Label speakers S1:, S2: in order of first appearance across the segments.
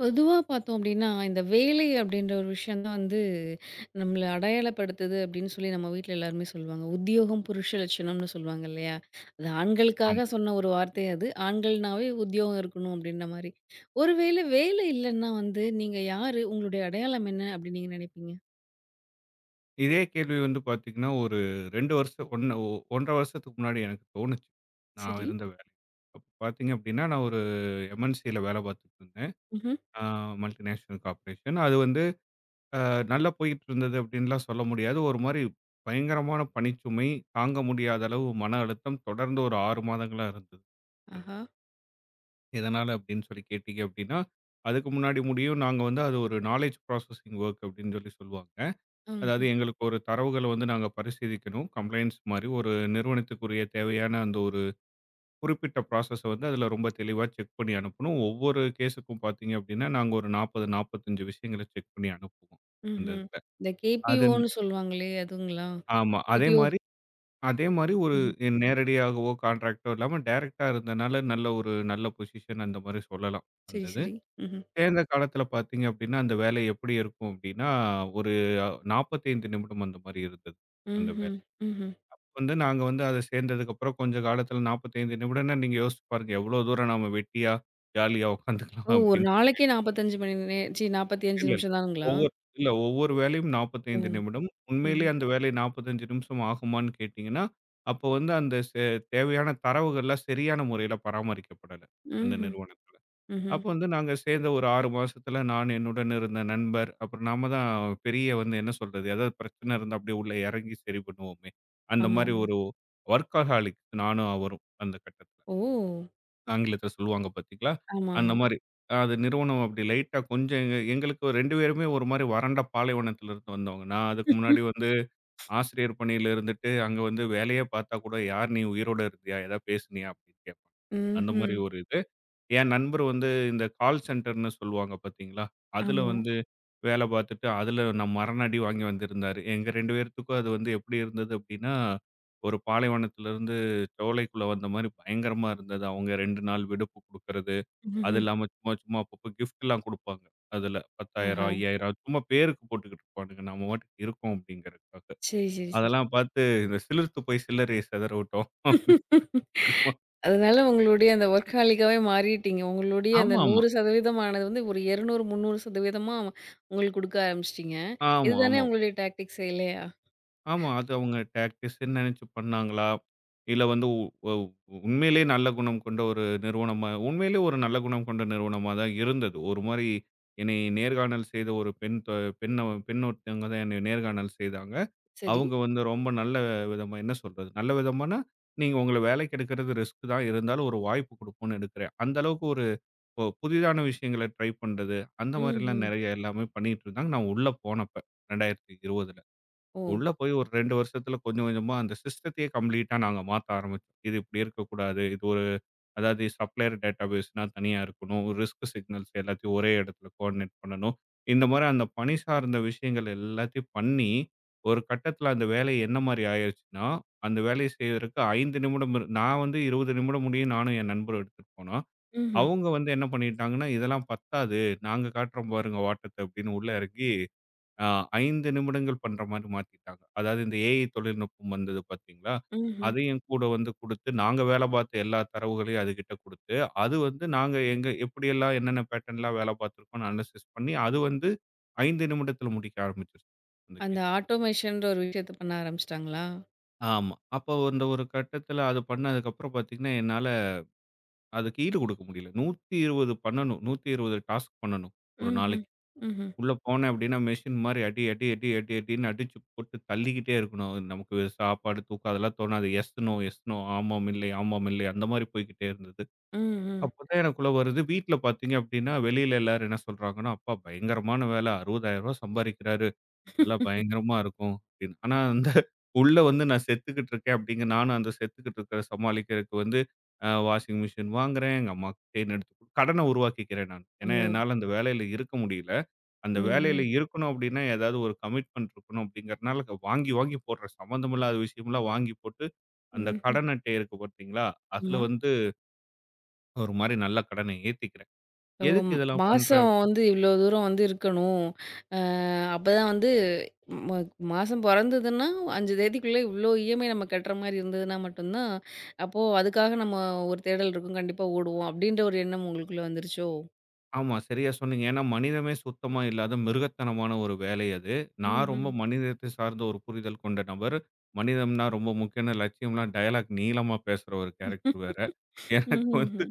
S1: பொதுவா பார்த்தோம் அப்டின்னா, இந்த வேலை அப்டின்ற ஒரு விஷயம் தான் வந்து நம்மள அடையாளப்படுத்துது அப்டின்னு சொல்லி நம்ம வீட்ல எல்லாருமே சொல்லுவாங்க. உத்தியோகம் புருஷ லட்சணம்னு சொல்லுவாங்க இல்லையா? அது
S2: ஆமா.
S1: ஆண்களுக்காக சொன்ன ஒரு வார்த்தை அது. ஆண்கள்னாவே உத்தியோகம் இருக்கணும் அப்டின்ற மாரி. ஒருவேளை வேலை இல்லன்னா வந்து நீங்க யாரு? உங்களுடைய அடையாளம் என்ன அப்டின்னு நீங்க நினைப்பீங்க?
S2: இதே கேள்வி வந்து பார்த்தீங்கன்னா, ஒரு 2 வருஷம் 1 1 1/2 வருஷத்துக்கு முன்னாடி எனக்கு தோணுச்சு. நான்
S1: சரி.
S2: இருந்த வேலை. அப்ப பார்த்தீங்க அப்டின்னா, நான் ஒரு MNCல வேலை பார்த்துட்டு இருந்தேன்.
S1: ம்ஹ்ம்.
S2: ஆ மல்டிநேஷனல் கார்ப்பரேஷன். அது வந்து அ நல்லா போயிட்டு இருந்தது அப்டின்னுலாம் சொல்ல முடியாது. ஒரு மாரி பயங்கரமான பணிச்சுமை, தாங்க முடியாத அளவு மன அழுத்தம் தொடர்ந்து ஒரு 6 மாதங்களா இருந்தது. அதுல.
S1: ஆஹா!
S2: எதனால அப்டின்னு சொல்லி கேட்டீங்க அப்டின்னா, அதுக்கு முன்னாடி முடியும் நாங்க வந்து அது ஒரு நாலேட்ஜ் ப்ராசஸிங் வொர்க் அப்டின்னு சொல்லி சொல்லுவாங்க. அதாவது
S1: ம்ஹ்ம்.
S2: எங்களுக்கு ஒரு தரவுகள வந்து நாங்க பரிசீலிக்கணும். கம்ப்ளைண்ட்ஸ் மாரி ஒரு நிறுவனத்துக்குரிய தேவையான அந்த ஒரு குறிப்பிட்ட ப்ராசஸ வந்து அதில ரொம்ப தெளிவா செக் பண்ணி அனுப்பணும். ஒவ்வொரு கேஸுக்கும் பார்த்தீங்க அப்டின்னா, நாங்க ஒரு 40, 45 விஷயங்கள செக் பண்ணி அனுப்புவோம். அந்த
S1: ம்ஹ்ம்.
S2: இதுல.
S1: இந்த
S2: அது
S1: கேபிஓன்னு சொல்லுவாங்களே அதுங்களா?
S2: ஆமா. அதே
S1: கேபிஓ.
S2: மாரி அதே மாரி ஒரு
S1: ம்ஹ்ம்.
S2: நேரடியாகவோ, கான்ட்ராக்ட்டோ இல்லாம டைரக்ட்டா இருந்தனால நல்ல ஒரு நல்ல பொசிஷன் அந்த மாரி சொல்லலாம். அந்த
S1: சரி,
S2: இது.
S1: சரி. ம்ஹ்ம்.
S2: தேர்ந்த காலத்தில பார்த்தீங்க அப்டின்னா, அந்த வேலை எப்படி இருக்கும் அப்டின்னா, ஒரு 45 நிமிடம் அந்த மாரி இருந்தது. அந்த வேலை.
S1: ம்ஹ்ம். ம்ஹ்ம்.
S2: வந்து நாங்க வந்து அத சேர்ந்ததுக்கப்புறம் கொஞ்சம் காலத்துல 45 நிமிடம்னா நீங்க யோசிச்சு பாருங்க, எவ்ளோ தூரம் நாம வெட்டியா, ஜாலியா
S1: ஓ!
S2: உட்காந்துக்கலாம்
S1: ஒரு
S2: அப்படின்னு.
S1: நாளைக்கே 45 மணி நே சி 45
S2: இல்ல, இல்ல.
S1: நிமிஷம் தானுங்களா?
S2: ஒவ்வொரு ஒவ்வொரு வேலையும்
S1: ஓ!
S2: 45 நிமிடம்.
S1: ம்ஹ்ம்.
S2: உண்மையிலேயே அந்த வேலை 45 நிமிஷம் ஆகுமான்னு கேட்டீங்கன்னா, அப்போ வந்து அந்த தேவையான தரவுகள்லாம் சரியான முறையில பராமரிக்கப்படல, அந்த
S1: ம்ஹ்ம்.
S2: நிறுவனத்துல.
S1: ம்ஹ்ம்.
S2: அப்போ வந்து நாங்க சேர்ந்த ஒரு 6 மாசத்துல நான் என்னுடன் இருந்த நண்பர், அப்புறம் நாம தான் பெரிய வந்து என்ன சொல்றது, ஏதாவது பிரச்சனை இருந்தா அப்படியே உள்ள இறங்கி சரி பண்ணுவோமே, அந்த
S1: ஆமா,
S2: மாரி
S1: ஆமா.
S2: ஒரு வொர்க்காஹாலிக் நானும் அவரும் அந்த கட்டத்துல.
S1: ஓ!
S2: ஆங்கிலத்துல சொல்லுவாங்க பார்த்தீங்களா?
S1: ஆமா,
S2: அந்த
S1: ஆமா.
S2: மாரி. அது நிறுவனம் அப்படி லைட்டா கொஞ்சம் எங்களுக்கு 2 பேருமே ஒரு மாரி வறண்ட பாலைவனத்துல இருந்து வந்தவங்க. நான் அதுக்கு முன்னாடி வந்து ஆசிரியர் பணியில இருந்துட்டு, அங்க வந்து வேலையே பார்த்தா கூட, "யார் நீ உயிரோட இருந்தியா? ஏதாவது பேசுனியா?" அப்படின்னு கேட்பாங்க. அந்த
S1: ம்ஹ்ம்.
S2: மாரி ஒரு இது. என் நண்பர் வந்து இந்த கால் சென்டர்ன்னு சொல்லுவாங்க பார்த்தீங்களா, அதுல
S1: ஆமா.
S2: வந்து வேலை பார்த்துட்டு, அதுல நான் மரணஅடி வாங்கி வந்திருந்தாரு. எங்க 2 பேத்துக்கும் அது வந்து எப்படி இருந்தது அப்படின்னா, ஒரு பாலைவனத்திலிருந்து சோலைக்குள்ள வந்த மாரி பயங்கரமா இருந்தது. அவங்க 2 நாள் விடுப்பு குடுக்கறது, அது
S1: ம்ஹ்ம்.
S2: இல்லாம சும்மா சும்மா அப்பப்போ கிஃப்ட்லாம் குடுப்பாங்க. அதுல 10,000,
S1: ஆஹா!
S2: 5,000 சும்மா பேருக்கு போட்டுக்கிட்டு இருப்பானுங்க. நாம பாட்டுக்கு இருக்கோம் அப்படிங்கிறதுக்காக.
S1: சரி, சரி, சரி.
S2: அதெல்லாம் பார்த்து இந்த சிலிர்த்து போய் சில்லறைய சிதற விட்டோம்.
S1: அதனால உங்களுடைய அந்த வொர்க்காலிக்காவே மாறிட்டீங்க. உங்களுடைய அந்த
S2: ஆமாமா, ஆமா, ஆமா.
S1: 100% ஆனது வந்து ஒரு 200, 300% உங்களுக்கு குடுக்க ஆரம்பிச்சுட்டீங்க.
S2: ஆமா
S1: இதுதானே
S2: ஆமா
S1: உங்களுடைய டாக்டிக்ஸே இல்லையா?
S2: ஆமா. அது அவங்க டாக்டிக்ஸ்ன்னு நெனச்சு பண்ணாங்களா? இல்ல வந்து உ ஒ உண்மையிலேயே நல்ல குணம் கொண்ட ஒரு நிறுவனமா உண்மையிலேயே ஒரு நல்ல குணம் கொண்ட நிறுவனமா தான் இருந்தது. ஒரு மாரி என்னை நேர்காணல் செய்த ஒரு பெண் தொ பெண் பெண் ஒருத்தவங்க தான் என்னை நேர்காணல் செய்தாங்க.
S1: சரி.
S2: அவங்க வந்து ரொம்ப நல்ல விதமா என்ன சொல்றது? நல்ல விதமானா, நீங்க உங்கள வேலைக்கு எடுக்கிறது ரிஸ்க் தான். இருந்தாலும் ஒரு வாய்ப்பு குடுப்போம்னு எடுக்கிறேன். அந்த அளவுக்கு ஒரு புதிதான விஷயங்கள ட்ரை பண்றது, அந்த மாரிலாம்
S1: ம்ஹ்ம்.
S2: நெறைய எல்லாமே பண்ணிட்டு இருந்தாங்க. நான் உள்ள போனப்ப 2020.
S1: ஓ!
S2: உள்ள போய் ஒரு 2 வருஷத்துல கொஞ்சம் கொஞ்சமா அந்த சிஸ்டத்தையே கம்ப்ளீட்டா நாங்க மாத்த ஆரம்பிச்சோம். இது இப்படி இருக்கக்கூடாது. இது ஒரு அதாவது சப்ளையர் டேட்டாபேஸ்னா தனியா இருக்கணும். ரிஸ்க் சிக்னல்ஸ் எல்லாத்தையும் ஒரே இடத்துல கோஆர்டினேட் பண்ணணும். இந்த மாரி அந்த பணி சார்ந்த விஷயங்கள் எல்லாத்தையும் பண்ணி, ஒரு கட்டத்துல அந்த வேலை என்ன மாரி ஆயிருச்சுன்னா, அந்த வேலைய செய்வதற்கு 5 நிமிடம் நான் வந்து 20 நிமிடம் முடியும் நானும் என் நண்பரும் எடுத்துட்டு போனோம்.
S1: ம்ஹ்ம்.
S2: அவங்க வந்து என்ன பண்ணிட்டாங்கன்னா, இதெல்லாம் பத்தாது. நாங்க காட்டுறோம் பாருங்க வாட்டத்த அப்படின்னு உள்ள இறங்கி அ 5 நிமிடங்கள் பண்ற மாரி மாத்திட்டாங்க. அதாவது இந்த ஏஐ தொழில்நுட்பம் வந்தது பார்த்தீங்களா?
S1: ம்ஹ்ம்.
S2: அதையும் கூட வந்து குடுத்து, நாங்க வேல பார்த்த எல்லா தரவுகளையும் அதுகிட்ட குடுத்து, அது வந்து நாங்க எங்க எப்படியெல்லாம் என்னென்ன பேட்டர்ன்லாம் வேல பார்த்துருக்கோம்னு அனலைசிஸ் பண்ணி, அது வந்து 5 நிமிடத்தில முடிக்க ஆரம்பிச்சுருச்சு. அந்த
S1: அந்த
S2: கேஸ்.
S1: ஆட்டோமேஷன்ற ஒரு விஷயத்த பண்ண ஆரம்பிச்சுட்டாங்களா?
S2: ஆமா. அப்போ அந்த ஒரு கட்டத்தில அது பண்ணதுக்கப்புறம் பார்த்தீங்கன்னா, என்னால அதுக்கு ஈடு குடுக்க முடியல. 120 பண்ணணும். 120 டாஸ்க் பண்ணணும் ஒரு
S1: ம்ஹ்ம்.
S2: நாளைக்கு.
S1: ம்ஹ்ம்.
S2: உள்ள போனேன் அப்படின்னா மெஷின் மாதிரி அடி அடி அடி அடி அடின்னு அடிச்சு போட்டு தள்ளிக்கிட்டே இருக்கணும். அது நமக்கு சாப்பாடு, தூக்கம் அதெல்லாம் தோணாது. எஸ் நோ எஸ் நோ ஆமாம், இல்லை, ஆமாம், இல்லை அந்த மாதிரி போய்க்கிட்டே இருந்தது.
S1: ம், ம்.
S2: அப்பதான் எனக்குள்ள வருது. வீட்ல பார்த்தீங்க அப்படின்னா, வெளியில எல்லாரும் என்ன சொல்றாங்கன்னா, "அப்பா பயங்கரமான வேலை ரூ. 60,000 சம்பாதிக்கிறாரு. நல்லா பயங்கரமா இருக்கும்" அப்படின்னு. ஆனா அந்த உள்ள வந்து நான் செத்துக்கிட்டு இருக்கேன் அப்படிங்க நானும் அந்த செத்துக்கிட்டு இருக்கிறத சமாளிக்கிறதுக்கு வந்து வாஷிங் மிஷின் வாங்குறேன். எங்க அம்மாவுக்கு செயின் எடுத்து கடன உருவாக்கிக்கிறேன் நான்.
S1: ஓ!
S2: ஏன்னா என்னால அந்த வேலையில இருக்க முடியல. அந்த வேலையில
S1: ம்ஹ்ம்.
S2: இருக்கணும் அப்படின்னா, ஏதாவது ஒரு கமிட்மென்ட் இருக்கணும் அப்படிங்கிறனால, வாங்கி வாங்கி போடுற சம்மந்தமில்லாத விஷயம்லாம் வாங்கி போட்டு, அந்த
S1: ம்ஹ்ம்.
S2: கடன் அட்டை இருக்கு பார்த்தீங்களா? அதில
S1: ஆமா.
S2: வந்து ஒரு மாரி நல்ல கடனை ஏத்திக்கிறேன்.
S1: ஓ!
S2: எதுக்கு இதெல்லாம்
S1: மாசம்
S2: பண்றேன்?
S1: வந்து இவ்ளோ தூரம் வந்து இருக்கணும். அ அப்பதான் வந்து ம மாசம் பொறந்ததுன்னா 5 தேதிக்குள்ள இவ்ளோ இஎம்ஐ நம்ம கட்டுற மாரி இருந்ததுன்னா மட்டும் தான், அப்போ அதுக்காக நம்ம ஒரு தேடல் இருக்கும். கண்டிப்பா ஓடுவோம். அப்டின்ற ஒரு எண்ணம் உங்களுக்குள்ள வந்துருச்சோ?
S2: ஆமா, சரியா சொன்னீங்க. ஏன்னா, மனிதமே சுத்தமா இல்லாத மிருகத்தனமான ஒரு வேலை அது. நான் ரொம்ப
S1: ம்ஹ்ம்.
S2: மனிதத்தை சார்ந்த ஒரு புரிதல் கொண்ட நபர். மனிதம்னா ரொம்ப முக்கியம்னு லட்சியம்லாம் டயலாக் நீளமா பேசுற ஒரு கேரக்டர் வேற. எனக்கு வந்து
S1: ம்ஹ்ஹ்ம்.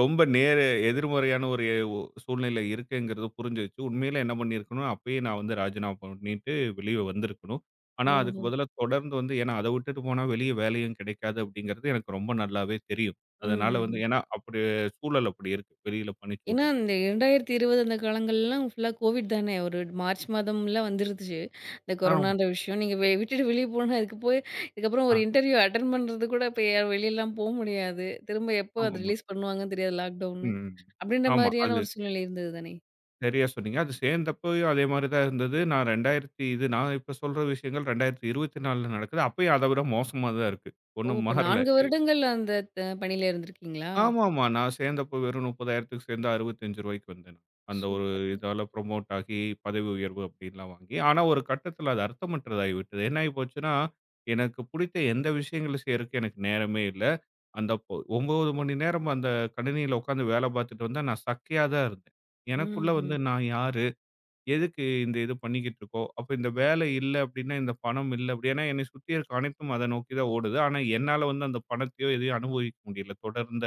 S2: ரொம்ப எதிர்மறையான ஒரு சூழ்நிலை இருக்குங்கிறது புரிஞ்சிருச்சு. உண்மையில என்ன பண்ணியிருக்கணும், அப்பயே நான் வந்து ராஜினாமா பண்ணிட்டு வெளிய வந்திருக்கணும். ஆனா, அதுக்கு
S1: ஓஹோ!
S2: பதிலா தொடர்ந்து வந்து ஏன்னா அத விட்டுட்டு போனா வெளிய வேலையும் கிடைக்காது அப்படிங்கிறது எனக்கு ரொம்ப நல்லாவே தெரியும். அதனால வந்து
S1: ம்ஹ்ஹ்ம்.
S2: ஏன்னா அப்படி சூழல் அப்படி இருக்கு. வெளியில
S1: ஏன்னா,
S2: பணிச்சூழல்.
S1: இந்த 2020 அந்த காலங்கள்லாம் ஃபுல்லா கோவிட் தானே. ஒரு மார்ச் மாதம்லாம் வந்துருந்துச்சு. இந்த
S2: ஆமா.
S1: கொரோனான்ற விஷயம். நீங்க விட்டுட்டு வெளிய போனா, அதுக்கு போய் இதுக்கப்புறம்
S2: ஆ.
S1: ஒரு இன்டர்வியூ அட்டெண்ட் பண்றது கூட இப்ப யாரும் வெளியலாம் முடியாது. திரும்ப எப்போ அது
S2: ஆமாமா.
S1: ரிலீஸ் பண்ணுவாங்கன்னு தெரியாது லாக்டவுனு.
S2: ம். ம்.
S1: அப்படின்ற
S2: ஆமா.
S1: மாரியான
S2: அது
S1: ஒரு சூழ்நிலை இருந்தது தானே.
S2: சரியா சொன்னீங்க. அது சேர்ந்தப்பயும் அதே மாரி தான் இருந்தது. நான் 2000 இது நான் இப்ப சொல்ற விஷயங்கள் 2024ல நடக்குது. அப்பயும் அத விட மோசமா தான் இருக்கு.
S1: ஓ!
S2: ஒண்ணும்
S1: அப்ப
S2: மாறல.
S1: 4 வருடங்கள் அந்த பணியில இருந்திருக்கீங்களா?
S2: ஆமாமா. நான் சேர்ந்தப்போ வெறும் 30,000க்கு சேர்ந்து ரூ. 65க்கு வந்தேன். நான். அந்த ஒரு
S1: சூப்பருங்க.
S2: இதால புரமோட் ஆகி, பதவி உயர்வு அப்படின்லாம் வாங்கி. ஆனா ஒரு கட்டத்தில அது அர்த்தமற்றதாகி விட்டது. என்ன ஆகி போச்சுன்னா, எனக்கு பிடித்த எந்த விஷயங்கள செய்றதுக்கு எனக்கு நேரமே இல்ல. அந்த 9 மணி நேரம் அந்த கணினியில உட்காந்து வேலை பார்த்துட்டு வந்தா, நான் சக்கையா தான் இருந்தேன். எனக்குள்ள வந்து
S1: ம்ஹ்ம்.
S2: நான் யாரு? எதுக்கு இந்த இது பண்ணிக்கிட்டு இருக்கோம்? அப்ப இந்த வேலை இல்ல அப்படின்னா, இந்த பணம் இல்ல அப்படி ஏன்னா என்னை சுத்தி இருக்க அனைத்தும் அத நோக்கி தான் ஓடுது. ஆனா என்னால வந்து அந்த பணத்தையோ, எதையும் அனுபவிக்க முடியல. தொடர்ந்த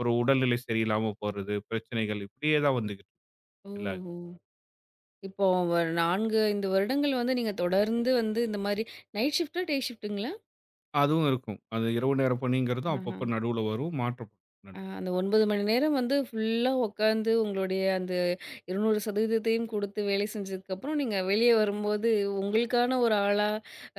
S2: ஒரு உடல்நிலை சரியில்லாம போறது, பிரச்சனைகள் இப்படியே தான் வந்துகிட்டு இருக்கு எல்லா இதுலயும்.
S1: ஓஹோ! இப்போ ஒரு 4, 5 வருடங்கள் வந்து நீங்க தொடர்ந்து வந்து இந்த மாரி நைட் ஷிஃப்ட்டா? டே ஷிஃப்ட்டுங்களா?
S2: அதுவும் இருக்கும். அது இரவு நேர பணிங்கிறதும்
S1: ஆஹ.
S2: அப்பப்ப நடுவுல வரும். மாற்றம்
S1: அந்த 9 மணி நேரம் வந்து ஃபுல்லா உட்காந்து உங்களுடைய அந்த 200% குடுத்து வேலை செஞ்சதுக்கப்புறம், நீங்க வெளிய வரும்போது உங்களுக்கான ஒரு ஆளா,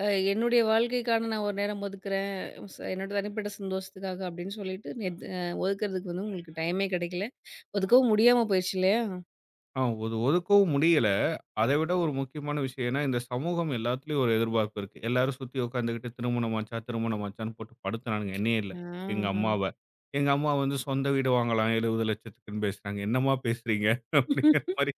S1: அ "என்னுடைய வாழ்க்கைக்கான நான் ஒரு நேரம் ஒதுக்குறேன். என்னோட தனிப்பட்ட சந்தோஷத்துக்காக" அப்படின்னு சொல்லிட்டு நெத் அ ஒதுக்குறதுக்கு வந்து உங்களுக்கு டைமே கிடைக்கல. ஒதுக்கவும் முடியாம போயிருச்சு இல்லையா?
S2: ஆ ஒது ஒதுக்கவும் முடியல. அத விட ஒரு முக்கியமான விஷயம் ஏன்னா, இந்த சமூகம் எல்லாத்துலயும் ஒரு எதிர்பார்ப்பு இருக்கு. எல்லாரும் சுத்தி உட்காந்துக்கிட்டு திருமணமாச்சா, திருமணமாச்சான்னு போட்டு படுத்துனானுங்க. என்னைய இல்ல, எங்க
S1: ஆஹா.
S2: அம்மாவ. எங்க அம்மா வந்து சொந்த வீடு வாங்கலாம் 70,00,000க்குன்னு பேசுறாங்க. என்னம்மா பேசுறீங்க? அப்படிங்கிற மாரி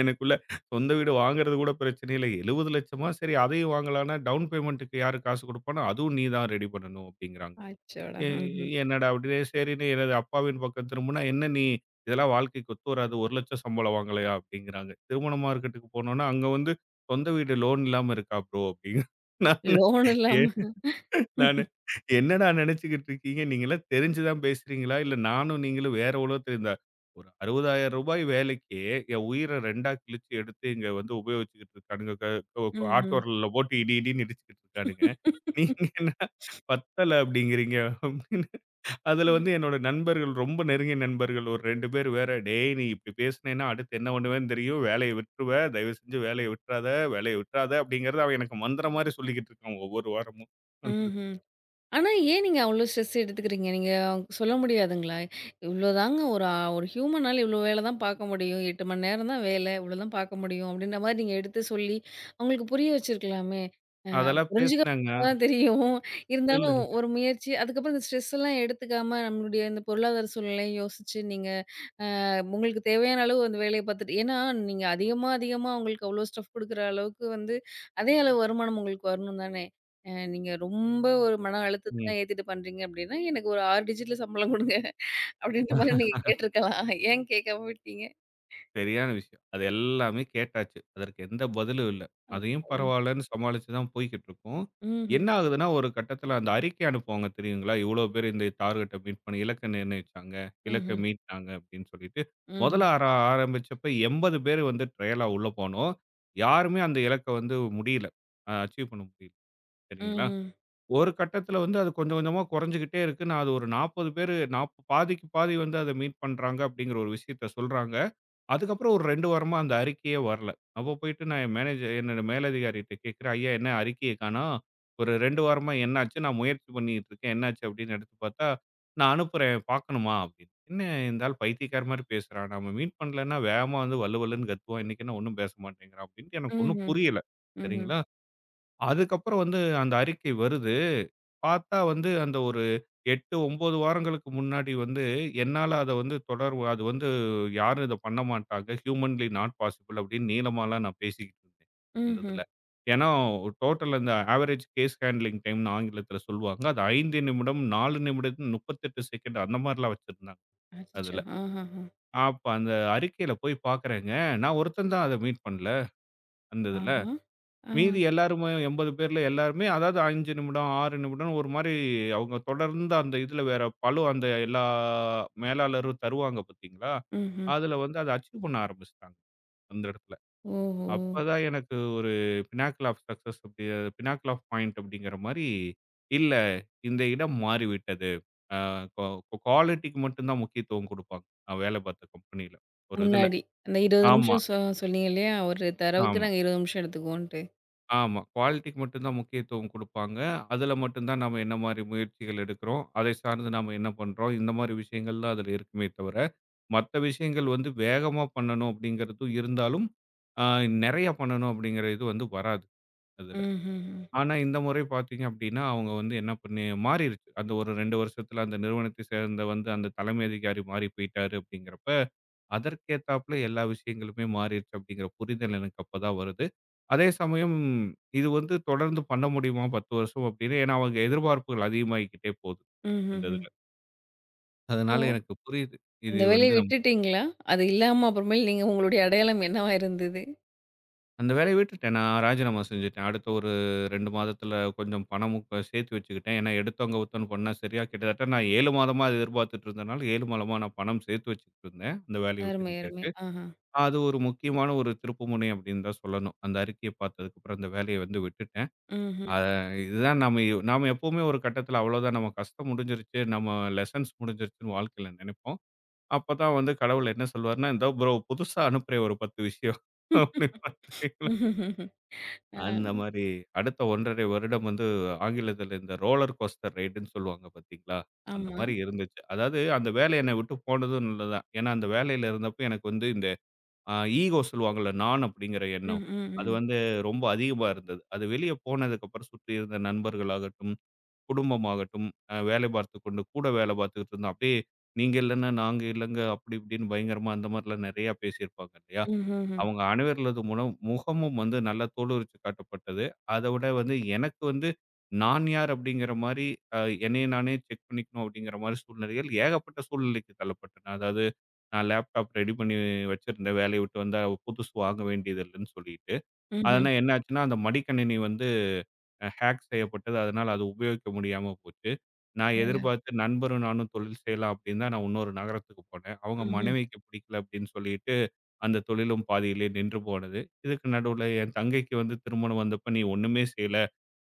S2: எனக்குள்ள சொந்த வீடு வாங்குறது கூட பிரச்சனை இல்ல. 70,00,000 சரி அதையும் வாங்கலாம்னா, டவுன் பேமெண்ட்டுக்கு யாரு காசு குடுப்பான்னா, அதுவும் நீ தான் ரெடி பண்ணணும் அப்டிங்கிறாங்க.
S1: அச்சோடா!
S2: எ
S1: ம்ஹ்ம்.
S2: என்னடா அப்டின்னு சரின்னு எனது அப்பாவின் பக்கம் திரும்புனா, என்ன நீ இதெல்லாம் வாழ்க்கைக்கு ஒத்து வராது. 1,00,000 சம்பளம் வாங்கலையா? அப்டிங்கிறாங்க. திருமண மார்க்கெட்டுக்கு போனோம்னா, அங்க வந்து சொந்த வீடு லோன் இல்லாம இருக்கா ப்ரோ? அப்டின்னு நானு
S1: லோன்
S2: ஏ
S1: இல்லாம.
S2: நானு, என்னடா நெனச்சுக்கிட்டு இருக்கீங்க? நீங்கலாம் தெரிஞ்சு தான் பேசுறீங்களா? இல்ல நானும் நீங்களும் வேற உலகத்துல இந்த ஒரு ரூ. 60,000 வேலைக்கு என் உயிர 2ஆ கிழிச்சு எடுத்து இங்க வந்து உபயோகிச்சுக்கிட்டு இருக்கானுங்க. க ஒ
S1: ம்ஹ்ம்.
S2: ஆட்டோல போட்டு இடி இடின்னு இடிச்சுக்கிட்டு இருக்கானுங்க. நீங்க என்ன பத்தல அப்டிங்கிறீங்க அப்டின்னு. அதுல வந்து என்னோட நண்பர்கள், ரொம்ப நெருங்கிய நண்பர்கள் ஒரு 2 பேர் வேற, "டேய்! நீ இப்டி பேசுனேன்னா அடுத்து என்ன பண்ணுவேன்னு தெரியும். வேலைய விட்டுருவ. தயவு செஞ்சு வேலைய விட்றாத, வேலைய விட்றாத" அப்டிங்கிறத அவன் எனக்கு மந்திரம் மாரி சொல்லிக்கிட்டு இருக்கான் ஒவ்வொரு வாரமும்.
S1: ம்ஹ்ம். ஆனா, ஏன் நீங்க அவ்ளோ ஸ்ட்ரெஸ் எடுத்துக்கிறீங்க? நீங்க அவங்க சொல்ல முடியாதுங்களா? இவ்ளோதாங்க ஒரு ஒரு ஹியூமனால இவ்ளோ வேல தான் பார்க்க முடியும். 8 மணி நேரம் தான் வேல. இவ்ளோ தான் பார்க்க முடியும். அப்டின்ற மாரி நீங்க எடுத்து சொல்லி, அவங்களுக்கு புரிய வச்சிருக்கலாமே! அ
S2: அதெல்லாம்
S1: புரிஞ்சுக்க
S2: பேசுனாங்க.
S1: மாட்டாங்க தான் தெரியும்.
S2: இல்ல,
S1: இருந்தாலும்
S2: இல்ல.
S1: ஒரு முயற்சி. அதுக்கப்புறம் இந்த ஸ்ட்ரெஸ் எல்லாம் எடுத்துக்காம, நம்மளுடைய இந்த பொருளாதார சூழ்நிலைய யோசிச்சு நீங்க உங்களுக்கு தேவையான அளவு அந்த வேலைய பாத்துட்டு ஏன்னா நீங்க அதிகமா, அதிகமா அவங்களுக்கு அவ்ளோ ஸ்டஃப் குடுக்குற அளவுக்கு வந்து அதே அளவு வருமானம் உங்களுக்கு வரணும் தானே! நீங்க ரொம்ப ஒரு மன
S2: ம்.
S1: அழுத்தத்தலாம் ஏத்திட்டு பண்றீங்க அப்டின்னா, "எனக்கு ஒரு 6 டிஜிட்ல சம்பளம் குடுங்க" அப்டின்ற மாரி நீங்க கேட்டுருக்கலாம். ஏன் கேட்காம விட்டீங்க?
S2: சரியான விஷயம். அது எல்லாமே கேட்டாச்சு. அதற்கு எந்த பதிலும் இல்ல. அதையும் பரவாயில்லன்னு சமாளிச்சு தான் போய்க்கிட்டு இருக்கோம்.
S1: ம்ஹ்ம்.
S2: என்ன ஆகுதுன்னா, ஒரு கட்டத்தில அந்த அறிக்கை அனுப்புவாங்க தெரியுங்களா? இவ்வளோ பேர் இந்த டார்கெட்ட மீட் பண்ணி இலக்க நிர்ணயிச்சாங்க. இலக்க
S1: ம்ஹ்ம்.
S2: மீட்னாங்க அப்படின்னு சொல்லிட்டு. முதல்ல
S1: ம்ஹ்ம்.
S2: ஆரம்பிச்சப்ப 80 பேர் வந்து ட்ரையலா உள்ள போனோம். யாருமே அந்த இலக்க வந்து முடியல. அச்சீவ் பண்ண முடியல. சரிங்களா?
S1: ம்ஹ்ம்.
S2: ஒரு கட்டத்தில வந்து அது கொஞ்சம் கொஞ்சமா குறைஞ்சுகிட்டே இருக்கு. நான் அது ஒரு 40 பேரு நாப் பாதிக்கு பாதி வந்து அத மீட் பண்றாங்க அப்படிங்கிற ஒரு விஷயத்த சொல்றாங்க. அதுக்கப்புறம் ஒரு 2 வாரமா அந்த அறிக்கையே வரல. அப்ப போயிட்டு நான் என்னோட மேலதிகாரிட்ட கேட்கிறேன். "ஐயா என்ன அறிக்கைய காணோம்? ஒரு 2 வாரமா என்னாச்சு? நான் முயற்சி பண்ணிட்டு இருக்கேன். என்னாச்சு?" அப்படின்னு எடுத்து பார்த்தா, "நான் அனுப்புறேன் பார்க்கணுமா?" அப்படின்னு. என்ன இந்த ஆள் பைத்தியக்கார மாரி பேசுறான். நம்ம மீட் பண்ணலன்னா வேகமா வந்து வலு வலுன்னு கத்துவான். இன்னைக்கு என்ன ஒண்ணும் பேச மாட்டேங்கிறான் அப்படின்ட்டு எனக்கு ஒண்ணும்
S1: ம்ஹ்ம்.
S2: புரியல.
S1: ம்ஹ்ம்.
S2: சரிங்களா. அதுக்கப்புறம் வந்து அந்த அறிக்கை வருது. பார்த்தா வந்து அந்த ஒரு 8, 9 வாரங்களுக்கு முன்னாடி வந்து என்னால அத வந்து அது வந்து யாரும் இத பண்ண மாட்டாங்க. ஹியூமன்லி நாட் பாசிபிள் அப்படின்னு நீளமாலாம் நான் பேசிக்கிட்டு இருந்தேன், அந்த
S1: ம்ஹ்ம்.
S2: இதுல. ஏன்னா டோட்டல் அந்த ஆவரேஜ் கேஸ் ஹேண்ட்லிங் டைம்னு ஆங்கிலத்துல சொல்லுவாங்க. அது 5 நிமிடம், 4 நிமிடம், 38 செகண்ட் அந்த மாரிலாம் வச்சிருந்தாங்க
S1: அச்சச்சோ!
S2: அதுல.
S1: ஆஹஹ.
S2: அப்ப அந்த அறிக்கையில போய் பார்க்குறேங்க, நான் ஒருத்தன் தான் அத மீட் பண்ணல, அந்த இதுல.
S1: ஆஹா. ஆ.
S2: மீதி எல்லாருமே 80 பேர்ல எல்லாருமே, அதாவது 5 நிமிடம், 6 நிமிடம் ஒரு மாரி அவங்க தொடர்ந்து அந்த இதுல வேற பளு அந்த எல்லா மேலாளரும் தருவாங்க பார்த்தீங்களா?
S1: ம்ஹ்ம்.
S2: அதுல வந்து அத அச்சீவ் பண்ண ஆரம்பிச்சுட்டாங்க, அந்த இடத்துல.
S1: ஓஹோ!
S2: அப்பதான் எனக்கு ஒரு பினாக்கிள் ஆஃப் சக்சஸ் அப்படி பினாக்கிள் ஆஃப் பாயிண்ட் அப்படிங்கிற மாரி, இல்ல இந்த இடம் மாறிவிட்டது. அ கொ குவாலிட்டிக்கு மட்டும் தான் முக்கியத்துவம் குடுப்பாங்க. நான் வேலை பார்த்த கம்பெனில. ஒரு இதுல.
S1: முன்னாடி. அந்த 20
S2: ஆமா,
S1: நிமிஷம் சொன்னீங்க இல்லையா? ஒரு தரவுக்கு
S2: ஆமா.
S1: நாங்க 20 நிமிஷம் எடுத்துக்குவோன்ட்டு.
S2: ஆமா. குவாலிட்டிக்கு மட்டும் தான் முக்கியத்துவம் குடுப்பாங்க. அதுல மட்டும் தான் நாம என்ன மாரி முயற்சிகள் எடுக்கிறோம், அதை சார்ந்து நாம என்ன பண்றோம், இந்த மாரி விஷயங்கள் தான் அதுல இருக்குமே தவிர, மத்த விஷயங்கள் வந்து வேகமா பண்ணணும் அப்படிங்கிறதும் இருந்தாலும், அ நெறைய பண்ணணும் அப்படிங்கிற இது வந்து வராது அதுல.
S1: ம்ஹ்ஹ்ம்.
S2: ஆனா இந்த முறை பார்த்தீங்க அப்படின்னா, அவங்க வந்து என்ன பண்ணி மாறிருச்சு. அந்த ஒரு 2 வருஷத்துல அந்த நிறுவனத்தை சேர்ந்த வந்து அந்த தலைமை அதிகாரி மாறி போயிட்டாரு அப்படிங்கிறப்ப, அதற்கேத்தாப்ல எல்லா விஷயங்களுமே மாறிடுச்சு அப்படிங்கிற புரிதல் எனக்கு அப்பதான் வருது. அதே சமயம் இது வந்து தொடர்ந்து பண்ண முடியுமா 10 வருஷம் அப்படின்னு, ஏன்னா அவங்க எதிர்பார்ப்புகள் அதிகமாகிக்கிட்டே போகுது அந்த
S1: ம்ஹ்ஹ்ம்.
S2: இதுல. அதனால
S1: ஓ!
S2: எனக்கு புரியுது. இது
S1: அந்த
S2: வந்து
S1: வேலைய
S2: நம்ம
S1: விட்டுட்டீங்களா? அது இல்லாம அப்புறமேல் நீங்க உங்களுடைய அடையாளம் என்னவா இருந்தது?
S2: அந்த வேலைய விட்டுட்டேன். நான் ராஜினாமா செஞ்சுட்டேன். அடுத்த ஒரு 2 மாதத்துல கொஞ்சம் பணமும் சேர்த்து வச்சுக்கிட்டேன். ஏன்னா எடுத்தோம் கவுத்தோம்ன்னு பண்ணா சரியா கிட்டத்தட்ட நான் 7 மாதமா அது எதிர்பார்த்துட்டு இருந்தனால 7 மாதமா நான் பணம் சேர்த்து வச்சுக்கிட்டு இருந்தேன். அந்த வேலைய விட்டு
S1: அருமை, அருமை.
S2: நிக்கிறதுக்கு.
S1: ஆஹா.
S2: அது ஒரு முக்கியமான ஒரு திருப்புமுனை அப்படின்னு தான் சொல்லணும். அந்த அறிக்கைய பார்த்ததுக்கப்புறம் அந்த வேலைய வந்து விட்டுட்டேன்.
S1: ம்ஹ்ம்.
S2: அ இதுதான் நம்ம இ- நாம எப்பவுமே ஒரு கட்டத்தில அவ்வளோதான் நம்ம கஷ்டம் முடிஞ்சிருச்சு, நம்ம லெசன்ஸ் முடிஞ்சிருச்சுன்னு வாழ்க்கையில நினைப்போம். அப்பதான் வந்து கடவுள் என்ன சொல்வாருன்னா, "இந்தா ப்ரோ புதுசா அனுப்புறேன் ஒரு 10 விஷயம்." அப்படின்னு பார்த்தீங்களா? அந்த
S1: ஆ.
S2: மாரி அடுத்த 1 1/2 வருடம் வந்து ஆங்கிலத்தில இந்த ரோலர் கோஸ்டர் ரைடுன்னு சொல்லுவாங்க பார்த்தீங்களா? அந்த
S1: ஆமா.
S2: மாரி இருந்துச்சு. அதாவது அந்த வேலை என்னை விட்டு போனதும் நல்லது தான். ஏன்னா அந்த வேலையில இருந்தப்போ எனக்கு வந்து அ ஈகோ சொல்லுவாங்கல்ல, நான் அப்படிங்கிற
S1: ம்,
S2: எண்ணம்.
S1: ம்,
S2: அது
S1: ம்.
S2: வந்து ரொம்ப அதிகமா இருந்தது. அது வெளிய போனதுக்கப்புறம் சுற்றி இருந்த நண்பர்களாகட்டும், குடும்பமாகட்டும், வேலை பார்த்துக் கொண்டு கூட வேலை பார்த்துக்கிட்டு இருந்தோம். அப்படியே நீங்க இல்லன்னா, நாங்க இல்லங்க, அப்படி இப்படின்னு பயங்கரமா அந்த மாரிலாம் நெறையா பேசியிருப்பாங்க இல்லையா?
S1: ம்ஹ்ஹ்ம்.
S2: அவங்க அணிவருளது மூலம் முகமும் வந்து நல்லா தோலுரித்து காட்டப்பட்டது. அத விட வந்து எனக்கு வந்து நான் யார் அப்படிங்கிற மாரி அ என்னைய நானே செக் பண்ணிக்கணும் அப்படிங்கிற மாரி சூழ்நிலைகள் ஏகப்பட்ட சூழ்நிலைக்கு தள்ளப்பட்டேன். அதாவது நான் லேப்டாப் ரெடி பண்ணி வச்சிருந்தேன். வேலைய விட்டு வந்தா புதுசு வாங்க வேண்டியது இல்லன்னு சொல்லிட்டு.
S1: ம்ஹ்ம்.
S2: அதனா என்ன ஆச்சுன்னா, அந்த மடிக்கணினி வந்து ஹேக் செய்யப்பட்டது. அதனால அது உபயோகிக்க முடியாம போச்சு. நான்
S1: அடடா!
S2: எதிர்பார்த்து நண்பரும் நானும் தொழில் செய்யலாம் அப்படின்னு தான் நான் இன்னொரு நகரத்துக்கு போனேன். அவங்க
S1: ம்ஹ்ம்.
S2: மனைவிக்கு பிடிக்கல அப்படின்னு சொல்லிட்டு அந்த தொழிலும் பாதியிலே நின்று போனது. இதுக்கு நடுவுல என் தங்கைக்கு வந்து திருமணம் வந்தப்ப, "நீ ஒண்ணுமே செய்யல.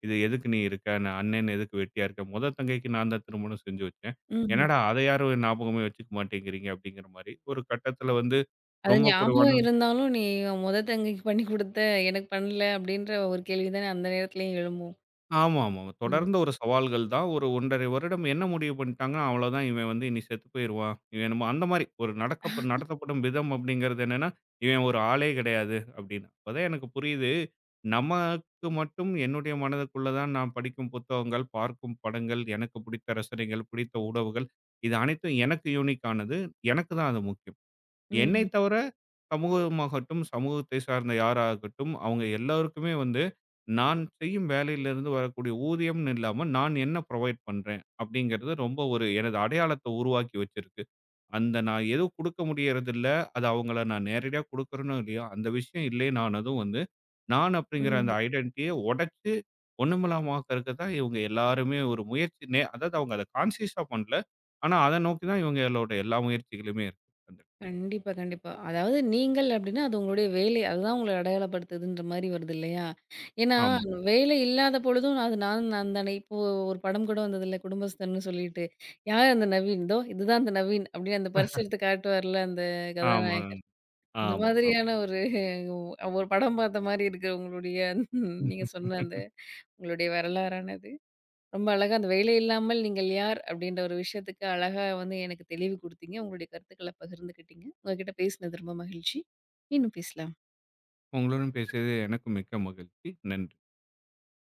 S2: இது எதுக்கு நீ இருக்க? நான் அண்ணன் எதுக்கு வெட்டியா இருக்க?" மொத தங்கைக்கு நான் தான் திருமணம் செஞ்சு வச்சேன்.
S1: ம்ஹ்ம்.
S2: "என்னடா! அத யாரும் ஞாபகமே வச்சுக்க மாட்டேங்கிறீங்க." அப்படிங்கிற மாரி. ஒரு கட்டத்தில வந்து
S1: அது
S2: ரொம்ப குறைவான
S1: ஞாபகம் இருந்தாலும், "நீ மொத தங்கைக்கு பண்ணி குடுத்த எனக்கு பண்ணல." அப்படின்ற ஒரு கேள்வி தானே அந்த நேரத்துலயும் எழும்பும்.
S2: ஆமாமா.
S1: ம்.
S2: தொடர்ந்த ஒரு சவால்கள் தான். ஒரு 1 1/2 வருடம் என்ன முடிவு பண்ணிட்டாங்கன்னா, அவ்வளோதான் இவன் வந்து இனி செத்து போயிருவான். இவன் என்னமோ அந்த மாரி ஒரு நடத்தப்படும் விதம் அப்படிங்கிறது என்னன்னா, இவன் ஒரு ஆளே கிடையாது அப்படின்னு. அப்பதான் எனக்கு புரியுது. நமக்கு மட்டும் என்னுடைய மனதுக்குள்ள தான் நான் படிக்கும் புத்தகங்கள், பார்க்கும் படங்கள், எனக்கு பிடித்த ரசனைகள், பிடித்த உணவுகள் இது அனைத்தும் எனக்கு யூனிக் ஆனது. எனக்கு தான் அது முக்கியம். என்னை
S1: ம்ஹ்ம்.
S2: தவிர சமூகமாகட்டும், சமூகத்தை சார்ந்த யாராகட்டும், அவங்க எல்லாருக்குமே வந்து, நான் செய்யும் வேலையிலிருந்து வரக்கூடிய ஊதியம்னு இல்லாம, நான் என்ன புரொவைட் பண்றேன் அப்படிங்கிறது ரொம்ப ஒரு எனது அடையாளத்தை உருவாக்கி வச்சிருக்கு. அந்த நான் எதுவும் குடுக்க முடியறதில்ல. அது அவங்கள நான் நேரடியா குடுக்குறேனோ இல்லையோ, அந்த விஷயம் இல்லைனானதும் வந்து, நான் அப்படிங்கிற அந்த
S1: ம்.
S2: ஐடென்டிட்டிய உடைச்சு ஒண்ணுமில்லாமக்கறக்கு தான் இவங்க எல்லாருமே ஒரு முயற்சி நே அதாவது அவங்க அத கான்ஷியஸா பண்ணல. ஆனா, அத நோக்கி தான் இவங்களோட எல்லா முயற்சிகளுமே இருக்கு. அந்த
S1: கண்டிப்பா, கண்டிப்பா. அதாவது நீங்கள் அப்டின்னா, அது உங்களுடைய வேலை. அதுதான் உங்கள அடையாளப்படுத்துதுன்ற மாரி வருது இல்லையா? ஏன்னா,
S2: ஆமா.
S1: வேலை இல்லாத பொழுதும் அது நான் நான் தானே. இப்போ ஒரு படம் கூட வந்ததுல்ல குடும்பஸ்தன்னு சொல்லிட்டு. யார் அந்த நவீன்? இதோ இதுதான் அந்த நவீன் அப்டின்னு அந்த பர்ஸ் எடுத்து காட்டுவார்ல அந்த
S2: ஆமாங்க.
S1: கதாநாயகர். இந்த
S2: ஆமா, ஆமா.
S1: மாதிரியான ஒரு ஒரு படம் பார்த்த மாரி இருக்கு உங்களுடைய நீங்க சொன்ன அந்த உங்களுடைய வரலாறானது. ரொம்ப அழகா அந்த "வேலை இல்லாமல் நீங்கள் யார்?" அப்படின்ற ஒரு விஷயத்துக்கு அழகா வந்து எனக்கு தெளிவு குடுத்தீங்க. உங்களுடைய கருத்துக்கள பகிர்ந்துக்கிட்டீங்க. உங்ககிட்ட பேசினது ரொம்ப மகிழ்ச்சி. இன்னும் பேசலாம்.
S2: உங்களுடன் பேசியது எனக்கும் மிக்க மகிழ்ச்சி. நன்றி.